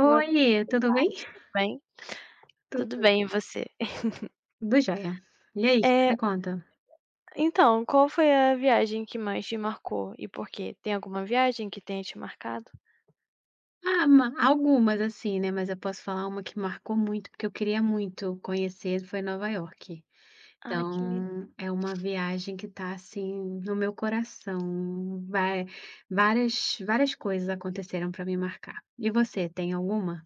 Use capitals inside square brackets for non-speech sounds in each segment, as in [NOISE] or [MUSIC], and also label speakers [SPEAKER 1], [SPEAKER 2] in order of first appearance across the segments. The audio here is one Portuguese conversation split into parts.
[SPEAKER 1] Boa
[SPEAKER 2] tudo bem?
[SPEAKER 1] tarde, tudo bem? Tudo
[SPEAKER 2] Tudo,
[SPEAKER 1] bem, e você? [LAUGHS]
[SPEAKER 2] tudo jóia. E aí, o que
[SPEAKER 1] Eh,
[SPEAKER 2] você conta?
[SPEAKER 1] então, qual foi a viagem que mais te marcou e por quê? Tem alguma viagem que tenha te marcado?
[SPEAKER 2] Ah, ma algumas assim, né, mas eu posso falar uma que marcou muito, porque eu queria muito conhecer, foi Nova York.
[SPEAKER 1] Ai, que lindo.
[SPEAKER 2] Então, é uma viagem que tá, assim, no meu coração. Vai Várias coisas aconteceram para me marcar. E você, tem alguma?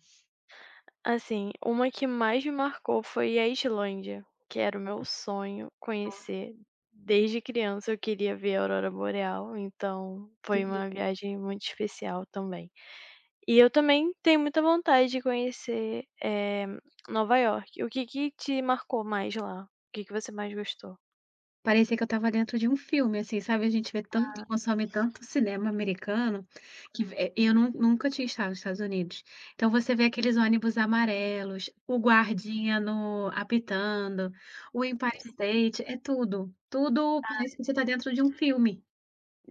[SPEAKER 1] Assim, uma que mais me marcou foi a Islândia, que era o meu sonho
[SPEAKER 2] Ah.
[SPEAKER 1] conhecer. Desde criança eu queria ver a aurora boreal, então foi
[SPEAKER 2] que
[SPEAKER 1] uma viagem muito especial também. E eu também tenho muita vontade de conhecer, Nova York. O que que te marcou mais lá? O que que você mais gostou?
[SPEAKER 2] Parecia que eu estava dentro de um filme, assim, sabe, a gente vê tanto consome tanto cinema americano, que ve eu nunca tinha estado nos Estados Unidos. Então você vê aqueles ônibus amarelos, o guardinha no apitando, o Empire State, é tudo, tudo parece que você está dentro de um filme.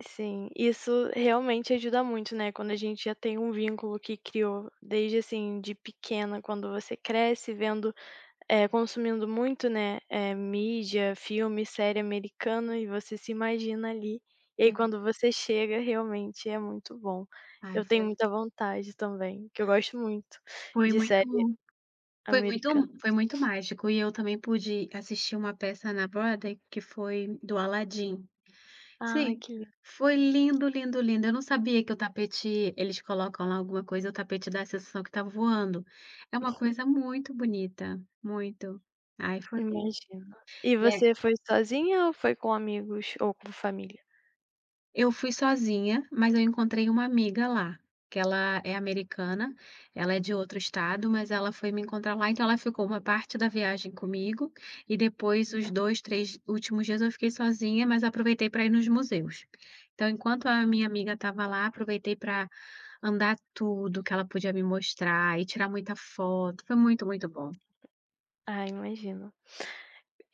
[SPEAKER 1] Sim, isso realmente ajuda muito, né, quando a gente já tem um vínculo que criou desde, assim, de pequena, quando você cresce vendo, consumindo muito, né, mídia, filme, série americana e você se imagina ali, e aí
[SPEAKER 2] Sim.
[SPEAKER 1] quando você chega realmente é muito bom.
[SPEAKER 2] Ai,
[SPEAKER 1] Eu tenho muita vontade também, que eu gosto muito
[SPEAKER 2] foi
[SPEAKER 1] de
[SPEAKER 2] muito
[SPEAKER 1] série
[SPEAKER 2] foi muito
[SPEAKER 1] americana.
[SPEAKER 2] foi muito mágico, e eu também pude assistir uma peça na Broadway que foi do Aladdin.
[SPEAKER 1] Ai,
[SPEAKER 2] Sim,
[SPEAKER 1] que lindo,
[SPEAKER 2] foi lindo, lindo, lindo. Eu não sabia que o tapete eles colocam lá alguma coisa, o tapete dá a sensação que tá voando. É uma coisa muito bonita, muito. Ai, foi lindo.
[SPEAKER 1] imagino. E
[SPEAKER 2] é
[SPEAKER 1] você foi sozinha ou foi com amigos ou com família?
[SPEAKER 2] eu fui sozinha, mas eu encontrei uma amiga lá, que ela é americana, ela é de outro estado, mas ela foi me encontrar lá, então ela ficou uma parte da viagem comigo, e depois os 2, 3 últimos dias eu fiquei sozinha, mas aproveitei para ir nos museus. Então enquanto a minha amiga estava lá, aproveitei para andar tudo que ela podia me mostrar e tirar muita foto, foi muito, muito bom.
[SPEAKER 1] Ah, imagino.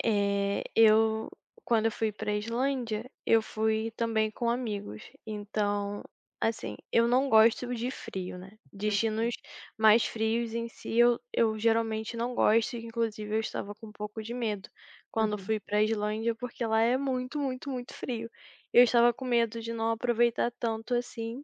[SPEAKER 1] Eu quando eu fui para a Islândia, eu fui também com amigos, então, assim, eu não gosto de frio, né,
[SPEAKER 2] Hum,
[SPEAKER 1] destinos mais frios em si eu geralmente não gosto, e inclusive eu estava com um pouco de medo quando eu
[SPEAKER 2] uhum.
[SPEAKER 1] fui para a Islândia, porque lá é muito, muito, muito frio. Eu estava com medo de não aproveitar tanto assim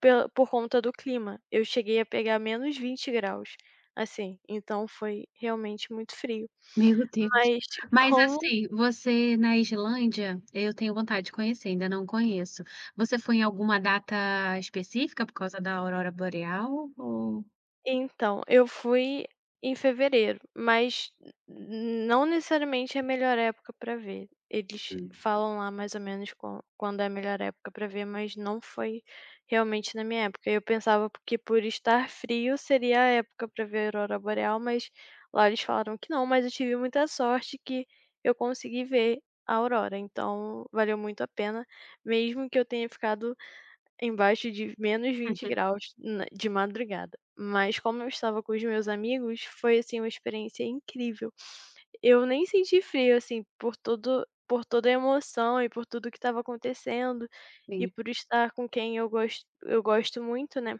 [SPEAKER 1] pela por conta do clima. Eu cheguei a pegar menos 20 graus assim, então foi realmente muito frio.
[SPEAKER 2] Meu Deus.
[SPEAKER 1] Mas
[SPEAKER 2] Mas
[SPEAKER 1] como
[SPEAKER 2] assim, você na Islândia, eu tenho vontade de conhecer, ainda não conheço. Você foi em alguma data específica por causa da aurora boreal, ou?
[SPEAKER 1] Então, eu fui em fevereiro, mas n não necessariamente é a melhor época para ver. Eles falam lá mais ou menos quando é a melhor época para ver, mas não foi realmente na minha época. Eu pensava que por estar frio seria a época para ver a aurora boreal, mas lá eles falaram que não, mas eu tive muita sorte que eu consegui ver a aurora, então valeu muito a pena, mesmo que eu tenha ficado embaixo de -20
[SPEAKER 2] Uhum.
[SPEAKER 1] na de madrugada. Mas como eu estava com os meus amigos, foi, assim, uma experiência incrível. Eu nem senti frio, assim, por toda a emoção e por tudo que estava acontecendo, e
[SPEAKER 2] Sim.
[SPEAKER 1] por estar com quem eu gosto muito, né.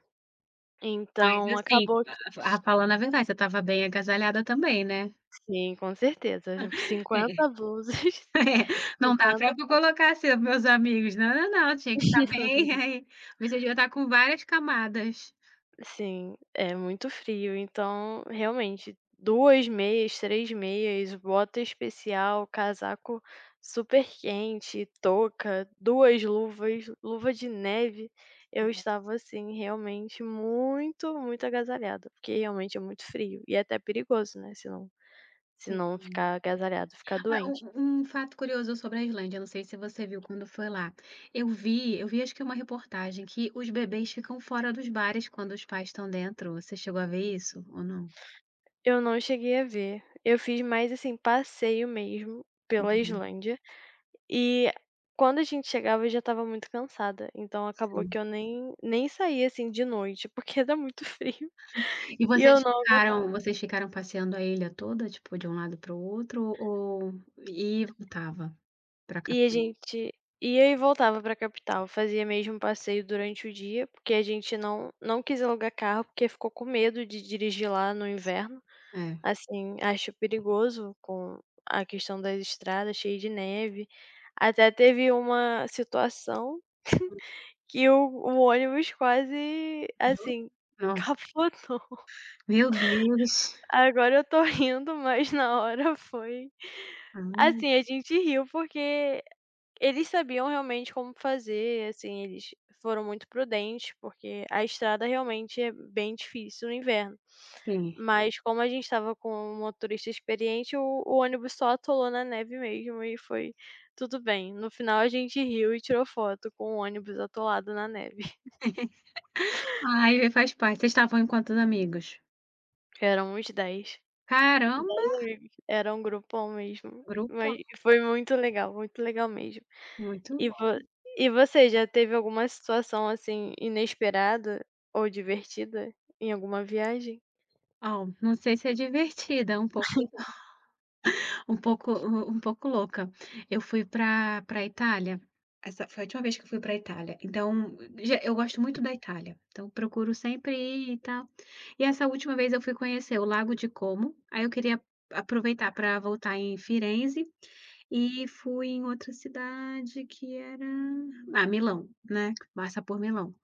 [SPEAKER 2] Mas
[SPEAKER 1] Então
[SPEAKER 2] assim,
[SPEAKER 1] acabou que
[SPEAKER 2] a falando a verdade, você estava bem agasalhada também, né?
[SPEAKER 1] sim, com certeza, cinquenta
[SPEAKER 2] É.
[SPEAKER 1] blusas, [LAUGHS]
[SPEAKER 2] Não dá pra co
[SPEAKER 1] 50.
[SPEAKER 2] colocar assim, meus amigos: "Não, não, não, tinha que estar bem [LAUGHS] aí, você devia estar com várias camadas".
[SPEAKER 1] Sim, é muito frio, então realmente 2 meias, 3 meias, bota especial, casaco super quente, touca, 2 luvas, luva de neve. Eu estava assim realmente muito, muito agasalhada, porque realmente é muito frio e é até perigoso, né, se não
[SPEAKER 2] Sim.
[SPEAKER 1] ficar agasalhado, ficar
[SPEAKER 2] Ah,
[SPEAKER 1] doente.
[SPEAKER 2] um fato curioso sobre a Islândia, não sei se você viu quando foi lá. Eu vi acho que é uma reportagem que os bebês ficam fora dos bares quando os pais estão dentro. Você chegou a ver isso ou não?
[SPEAKER 1] Eu não cheguei a ver, eu fiz mais assim passeio mesmo pela
[SPEAKER 2] Uhum,
[SPEAKER 1] Islândia. E quando a gente chegava eu já estava muito cansada, então acabou que
[SPEAKER 2] sim.
[SPEAKER 1] eu nem saía, assim, de noite, porque era muito [LAUGHS] frio
[SPEAKER 2] E
[SPEAKER 1] e eu
[SPEAKER 2] vocês
[SPEAKER 1] não aguentava.
[SPEAKER 2] ficaram vocês ficaram passeando a ilha toda, tipo, de um lado para o outro ou voltava para a
[SPEAKER 1] E a
[SPEAKER 2] capital?
[SPEAKER 1] gente ia e voltava pra capital, fazia mesmo passeio durante o dia, porque a gente não quis alugar carro, porque ficou com medo de dirigir lá no inverno,
[SPEAKER 2] É.
[SPEAKER 1] assim, acho perigoso com a questão das estradas cheias de neve. Até teve uma situação que o ônibus quase,
[SPEAKER 2] Liberou?
[SPEAKER 1] assim, [LAUGHS]
[SPEAKER 2] Nossa,
[SPEAKER 1] capotou.
[SPEAKER 2] meu Deus.
[SPEAKER 1] Agora eu tô [LAUGHS] rindo, mas na hora foi
[SPEAKER 2] Ai,
[SPEAKER 1] assim, a gente riu porque eles sabiam realmente como fazer, assim, eles foram muito prudentes, porque a estrada realmente é bem difícil no inverno.
[SPEAKER 2] sim.
[SPEAKER 1] Mas como a gente estava com um motorista experiente, o ônibus só atolou na neve mesmo e foi tudo bem. No final a gente riu e tirou foto com o ônibus atolado na neve. [LAUGHS]
[SPEAKER 2] Ai, faz parte. Vocês estavam em quantos amigos?
[SPEAKER 1] Eram uns 10
[SPEAKER 2] Caramba!
[SPEAKER 1] amigos, era um grupão mesmo,
[SPEAKER 2] Grupo
[SPEAKER 1] mas foi muito legal mesmo.
[SPEAKER 2] muito
[SPEAKER 1] E vo
[SPEAKER 2] bom.
[SPEAKER 1] e você já teve alguma situação, assim, inesperada ou divertida em alguma viagem?
[SPEAKER 2] Ó, não sei se é divertida, é um pouco um pouco louca. Eu fui para Itália, essa foi a última vez que eu fui para Itália, então já eu gosto muito da Itália, então procuro sempre ir e tal. E essa última vez eu fui conhecer o Lago de Como, aí eu queria aproveitar para voltar em Firenze e fui em outra cidade que era Milão, né, passa por Milão.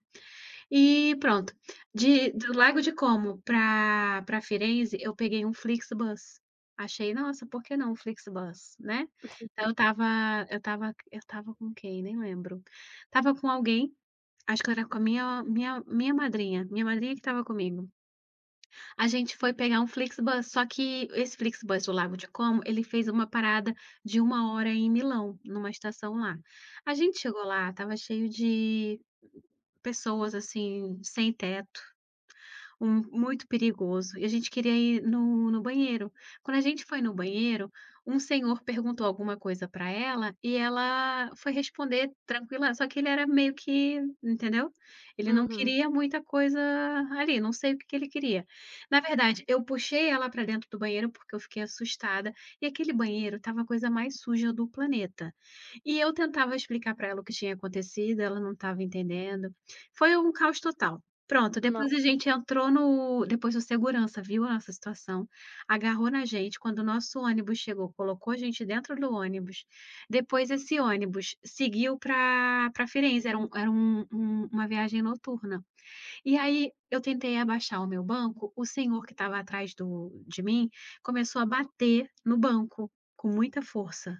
[SPEAKER 2] E pronto. De do Lago de Como para Firenze, eu peguei um Flixbus. Achei: "Nossa, por que não um Flixbus?", né. Então eu estava com quem? Nem lembro. Estava com alguém, acho que era com a minha madrinha que estava comigo. A gente foi pegar um Flixbus, só que esse Flixbus do Lago de Como, ele fez uma parada de uma hora em Milão, numa estação lá. A gente chegou lá. Tava cheio de pessoas, assim, sem teto. Um muito perigoso, e a gente queria ir no banheiro. Quando a gente foi no banheiro, um senhor perguntou alguma coisa para ela, e ela foi responder tranquila, só que ele era meio que, entendeu? Ele não
[SPEAKER 1] Uhum.
[SPEAKER 2] queria muita coisa ali, não sei o que que ele queria. Na verdade, eu puxei ela para dentro do banheiro, porque eu fiquei assustada, e aquele banheiro estava a coisa mais suja do planeta. E eu tentava explicar para ela o que tinha acontecido, ela não estava entendendo. Foi um caos total. Pronto,
[SPEAKER 1] No
[SPEAKER 2] depois a gente entrou no Depois o segurança viu a nossa situação, agarrou na gente. Quando o nosso ônibus chegou, colocou a gente dentro do ônibus, depois esse ônibus seguiu para Firenze, era uma viagem noturna. E aí, eu tentei abaixar o meu banco, o senhor que estava atrás do de mim, começou a bater no banco, com muita força.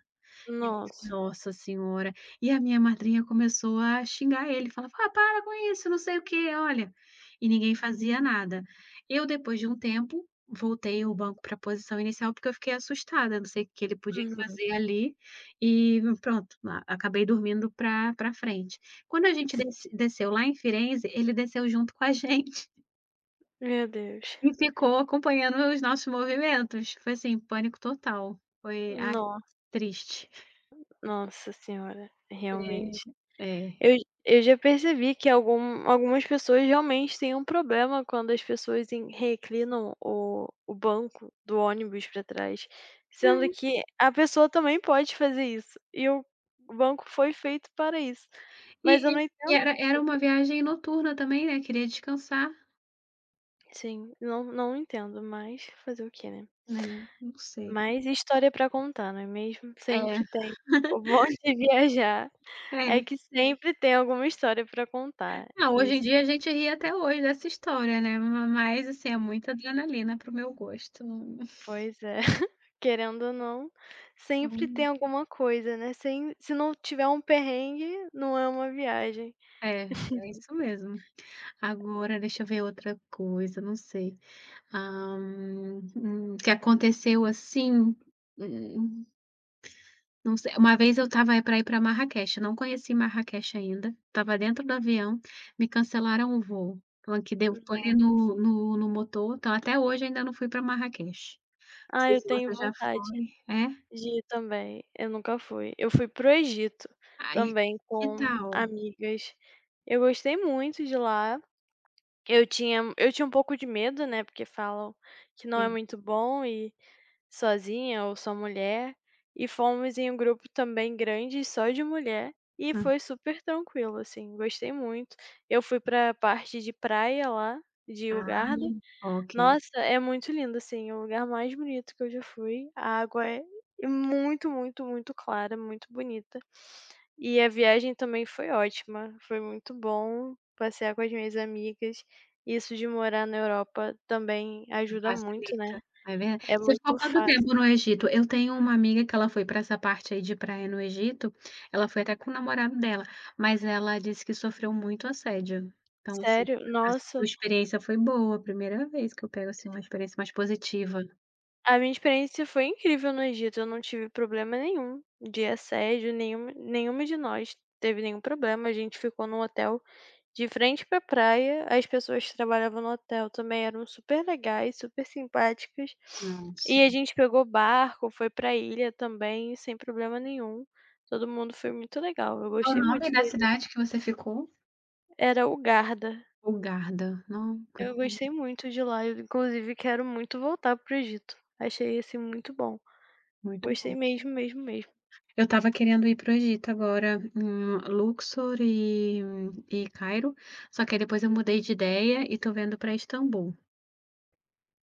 [SPEAKER 2] Eu:
[SPEAKER 1] nossa.
[SPEAKER 2] "Nossa senhora". E a minha madrinha começou a xingar ele, falava: "Ah, para com isso, não sei o quê, olha". E ninguém fazia nada. Eu, depois de um tempo, voltei o banco para a posição inicial, porque eu fiquei assustada, não sei o que ele podia
[SPEAKER 1] Uhum.
[SPEAKER 2] fazer ali, e pronto, a acabei dormindo pra frente. Quando a gente
[SPEAKER 1] Sim.
[SPEAKER 2] desceu lá em Firenze, ele desceu junto com a [LAUGHS] gente
[SPEAKER 1] Meu Deus.
[SPEAKER 2] e ficou acompanhando os nossos movimentos. Foi assim, pânico total. Foi, ai,
[SPEAKER 1] No
[SPEAKER 2] triste.
[SPEAKER 1] nossa senhora,
[SPEAKER 2] É,
[SPEAKER 1] realmente.
[SPEAKER 2] é.
[SPEAKER 1] Eu eu já percebi que algumas pessoas realmente têm um problema quando as pessoas em reclinam o banco do ônibus para trás, sendo que a pessoa também pode fazer isso, e o banco foi feito para isso. Mas eu
[SPEAKER 2] E e
[SPEAKER 1] não
[SPEAKER 2] e
[SPEAKER 1] entendo
[SPEAKER 2] era uma viagem noturna também, né, queria descansar,
[SPEAKER 1] sim, não entendo, mas fazer o quê, né.
[SPEAKER 2] né, não sei.
[SPEAKER 1] Mas história para contar, não é mesmo?
[SPEAKER 2] É,
[SPEAKER 1] Sempre tem. O
[SPEAKER 2] [LAUGHS]
[SPEAKER 1] bom [LAUGHS] de viajar é
[SPEAKER 2] é.
[SPEAKER 1] que sempre tem alguma história para contar.
[SPEAKER 2] Ah, hoje em
[SPEAKER 1] Isso,
[SPEAKER 2] dia a gente ri até hoje dessa história, né, ma mas assim, é muita adrenalina para o meu gosto.
[SPEAKER 1] pois é. Querendo ou não, sempre tem
[SPEAKER 2] Então
[SPEAKER 1] alguma coisa, né, sem se não tiver um perrengue, não é uma viagem.
[SPEAKER 2] é, é isso mesmo. Agora deixa eu ver outra coisa, não sei. Ah, que aconteceu assim, hum não sei. Uma vez eu estava para ir para Marraquech, não conheci Marrakech ainda, estava dentro do avião, me cancelaram o voo, falando que deu pane
[SPEAKER 1] Não.
[SPEAKER 2] no motor, então até hoje ainda não fui para Marrakech. Não
[SPEAKER 1] Ah,
[SPEAKER 2] sei
[SPEAKER 1] eu
[SPEAKER 2] se
[SPEAKER 1] tenho
[SPEAKER 2] você já
[SPEAKER 1] vontade
[SPEAKER 2] foi, é?
[SPEAKER 1] de ir também, eu nunca fui. Eu fui pro Egito,
[SPEAKER 2] Aí,
[SPEAKER 1] também
[SPEAKER 2] que
[SPEAKER 1] com
[SPEAKER 2] tal?
[SPEAKER 1] amigas. Eu gostei muito de lá. Eu tinha um pouco de medo, né, porque falam que não é
[SPEAKER 2] Sim.
[SPEAKER 1] muito bom sozinha ou só mulher, e fomos em um grupo também grande só de mulher, e
[SPEAKER 2] Hum.
[SPEAKER 1] foi super tranquilo, assim, gostei muito. Eu fui pra parte de praia lá de
[SPEAKER 2] Ah,
[SPEAKER 1] Hurghada.
[SPEAKER 2] ok.
[SPEAKER 1] Nossa, é muito lindo, assim, é o lugar mais bonito que eu já fui. A água é muito, muito, muito clara, muito bonita. E a viagem também foi ótima, foi muito bom passear com as minhas amigas. Isso de morar na Europa também ajuda muito, né,
[SPEAKER 2] Facilita, é verda
[SPEAKER 1] é
[SPEAKER 2] você ficou
[SPEAKER 1] muito
[SPEAKER 2] quanto
[SPEAKER 1] fácil.
[SPEAKER 2] tempo no Egito? Eu tenho uma amiga que ela foi para essa parte aí de praia no Egito, ela foi até com o namorado dela, mas ela disse que sofreu muito assédio. Então, assim,
[SPEAKER 1] Sério?
[SPEAKER 2] a sua
[SPEAKER 1] Nossa,
[SPEAKER 2] experiência foi boa, a primeira vez que eu pego, assim, uma experiência mais positiva.
[SPEAKER 1] a minha experiência foi incrível no Egito, eu não tive problema nenhum de assédio, nenhuma de nós teve nenhum problema, a gente ficou num hotel de frente pra praia, as pessoas que trabalhavam no hotel também eram super legais, super simpáticas,
[SPEAKER 2] Nossa.
[SPEAKER 1] e a gente pegou barco, foi pra ilha também, sem problema nenhum, todo mundo foi muito legal, eu
[SPEAKER 2] Qual o
[SPEAKER 1] gostei muito
[SPEAKER 2] nome
[SPEAKER 1] do
[SPEAKER 2] da
[SPEAKER 1] Egito.
[SPEAKER 2] cidade que você ficou?
[SPEAKER 1] Era Hurghada,
[SPEAKER 2] Hurghada. Não.
[SPEAKER 1] eu gostei muito de lá, eu inclusive quero muito voltar pro Egito, achei, assim, muito bom.
[SPEAKER 2] Muito
[SPEAKER 1] Gostei
[SPEAKER 2] bom.
[SPEAKER 1] mesmo, mesmo, mesmo.
[SPEAKER 2] Eu estava querendo ir pro Egito agora, Luxor e Cairo, só que aí depois eu mudei de ideia e tô vendo pra Istambul.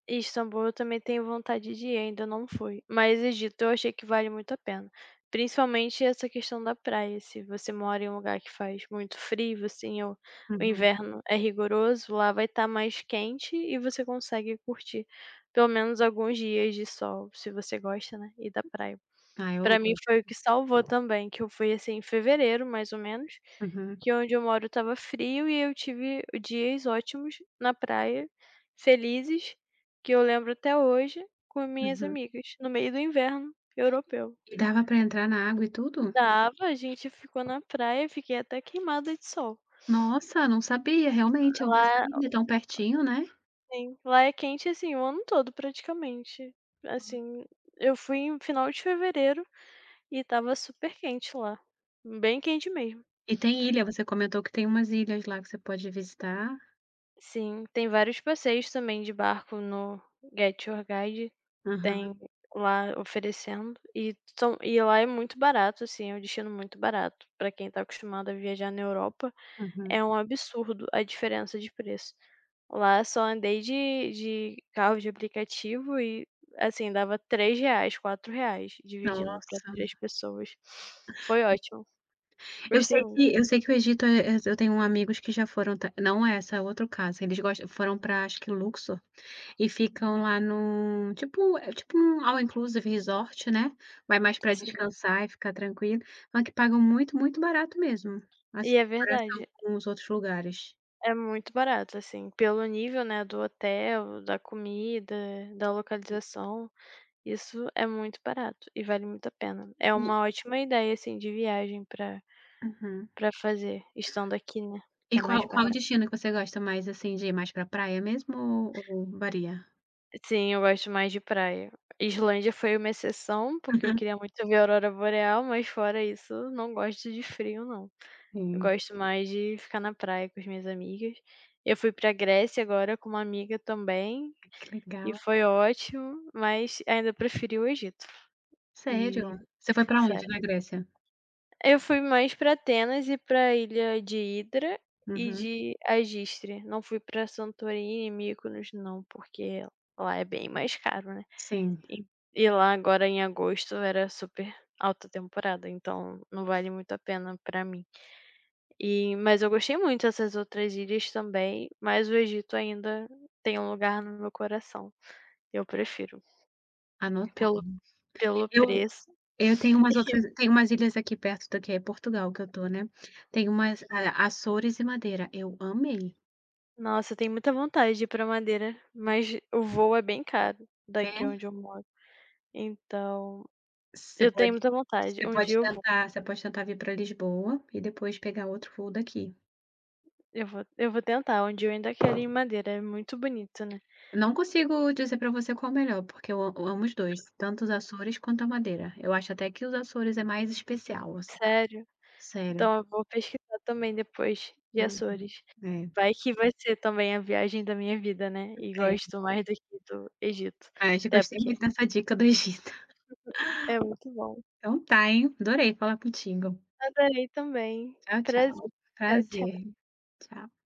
[SPEAKER 1] E Istambul eu também tenho vontade de ir, ainda não fui. Mas Egito eu achei que vale muito a pena. Principalmente essa questão da praia. Se você mora em um lugar que faz muito frio, assim, ou o
[SPEAKER 2] Uhum.
[SPEAKER 1] inverno é rigoroso, lá vai estar mais quente e você consegue curtir pelo menos alguns dias de sol, se você gosta, né? E da praia.
[SPEAKER 2] Ah, eu
[SPEAKER 1] Pra mim
[SPEAKER 2] gosto.
[SPEAKER 1] foi o que salvou também, que eu fui, assim, em fevereiro, mais ou menos,
[SPEAKER 2] Uhum,
[SPEAKER 1] que onde eu moro estava frio e eu tive dias ótimos na praia, felizes, que eu lembro até hoje, com minhas
[SPEAKER 2] uhum.
[SPEAKER 1] amigas, no meio do inverno europeu.
[SPEAKER 2] E dava pra entrar na água e tudo?
[SPEAKER 1] Estava, a gente ficou na praia, fiquei até queimada de sol.
[SPEAKER 2] Nossa, não sabia, realmente é uma
[SPEAKER 1] Lá
[SPEAKER 2] saída tão pertinho, né.
[SPEAKER 1] sim, lá é quente, assim, o ano todo praticamente. Assim, eu fui em final de fevereiro e estava super quente lá, bem quente mesmo.
[SPEAKER 2] E tem ilha, você comentou que tem umas ilhas lá que você pode visitar.
[SPEAKER 1] Sim, tem vários passeios também de barco no Get Your Guide,
[SPEAKER 2] Aham,
[SPEAKER 1] tem lá oferecendo e são e lá é muito barato, assim, é um destino muito barato pra quem tá acostumado a viajar na Europa,
[SPEAKER 2] uhum.
[SPEAKER 1] é um absurdo a diferença de preço. Lá só andei de carro de aplicativo e, assim, dava três reais quatro reais dividindo pra
[SPEAKER 2] Nossa.
[SPEAKER 1] 3 pessoas. Foi ótimo,
[SPEAKER 2] Eu
[SPEAKER 1] gostei
[SPEAKER 2] sei
[SPEAKER 1] muito.
[SPEAKER 2] que eu sei que o Egito, eu tenho amigos que já foram, ta não é essa, é outro caso, eles gostam foram pra acho que Luxor. E ficam lá num tipo um all inclusive resort, né, vai mais pra
[SPEAKER 1] Sim,
[SPEAKER 2] descansar e ficar tranquilo, mas que pagam muito, muito barato mesmo,
[SPEAKER 1] e
[SPEAKER 2] assim,
[SPEAKER 1] é
[SPEAKER 2] em comparação
[SPEAKER 1] verdade.
[SPEAKER 2] com os outros lugares.
[SPEAKER 1] É muito barato, assim, pelo nível, né, do hotel, da comida, da localização, isso é muito barato e vale muito a pena. É
[SPEAKER 2] E
[SPEAKER 1] uma ótima ideia, assim, de viagem
[SPEAKER 2] uhum.
[SPEAKER 1] pra fazer, estando aqui, né,
[SPEAKER 2] E
[SPEAKER 1] que é
[SPEAKER 2] qual
[SPEAKER 1] mais
[SPEAKER 2] qual o
[SPEAKER 1] barato.
[SPEAKER 2] destino que você gosta mais, assim, de ir mais pra praia mesmo ou varia?
[SPEAKER 1] Sim, eu gosto mais de praia. Islândia foi uma exceção, porque eu queria
[SPEAKER 2] [LAUGHS]
[SPEAKER 1] muito ver a aurora boreal, mas fora isso, não gosto de frio não. Eu
[SPEAKER 2] Sim,
[SPEAKER 1] gosto mais de ficar na praia com as minhas amigas. Eu fui pra Grécia agora com uma amiga também.
[SPEAKER 2] que
[SPEAKER 1] E
[SPEAKER 2] legal.
[SPEAKER 1] foi ótimo, mas ainda preferi o Egito.
[SPEAKER 2] Sério?
[SPEAKER 1] E
[SPEAKER 2] Você foi pra onde
[SPEAKER 1] Sério.
[SPEAKER 2] na Grécia?
[SPEAKER 1] Eu fui mais pra Atenas e pra ilha de Hidra e
[SPEAKER 2] Uhum.
[SPEAKER 1] de Agistre. Não fui pra Santorini e Mykonos não, porque lá é bem mais caro, né.
[SPEAKER 2] Sim,
[SPEAKER 1] E e lá agora em agosto era super alta temporada, então não vale muito a pena pra mim. E mas eu gostei muito dessas outras ilhas também, mas o Egito ainda tem um lugar no meu coração. Eu prefiro,
[SPEAKER 2] anotado.
[SPEAKER 1] pelo pelo
[SPEAKER 2] Eu
[SPEAKER 1] preço. [LAUGHS]
[SPEAKER 2] Eu tenho umas outras Tem umas ilhas aqui perto daqui, é Portugal que eu tô, né. Tem umas a Açores e Madeira, eu amei.
[SPEAKER 1] E nossa, eu tenho muita vontade de ir pra Madeira, mas o voo é bem caro
[SPEAKER 2] É,
[SPEAKER 1] daqui onde eu moro. Então,
[SPEAKER 2] você
[SPEAKER 1] eu tenho
[SPEAKER 2] pode
[SPEAKER 1] muita vontade,
[SPEAKER 2] você
[SPEAKER 1] um dia
[SPEAKER 2] pode
[SPEAKER 1] eu vou,
[SPEAKER 2] tentar você pode tentar vir pra Lisboa e depois pegar outro voo daqui.
[SPEAKER 1] eu vou tentar, um dia eu ainda quero ir em Madeira, é muito bonito, né.
[SPEAKER 2] Não consigo dizer pra você qual é o melhor, porque eu amo os 2, tanto os Açores quanto a Madeira. Eu acho até que os Açores é mais especial, assim,
[SPEAKER 1] Sério?
[SPEAKER 2] sério.
[SPEAKER 1] Então eu vou pesquisar também depois de
[SPEAKER 2] Uhum.
[SPEAKER 1] Açores.
[SPEAKER 2] É,
[SPEAKER 1] Vai que vai ser também a viagem da minha vida, né, e
[SPEAKER 2] é.
[SPEAKER 1] gosto mais daqui do Egito,
[SPEAKER 2] Ai, já
[SPEAKER 1] até
[SPEAKER 2] gostei
[SPEAKER 1] porque
[SPEAKER 2] muito dessa dica do Egito.
[SPEAKER 1] é muito bom.
[SPEAKER 2] Então tá, hein, adorei falar contigo.
[SPEAKER 1] Adorei também,
[SPEAKER 2] Tchau,
[SPEAKER 1] prazer.
[SPEAKER 2] tchau.
[SPEAKER 1] Tchau, tchau.
[SPEAKER 2] Prazer, tchau.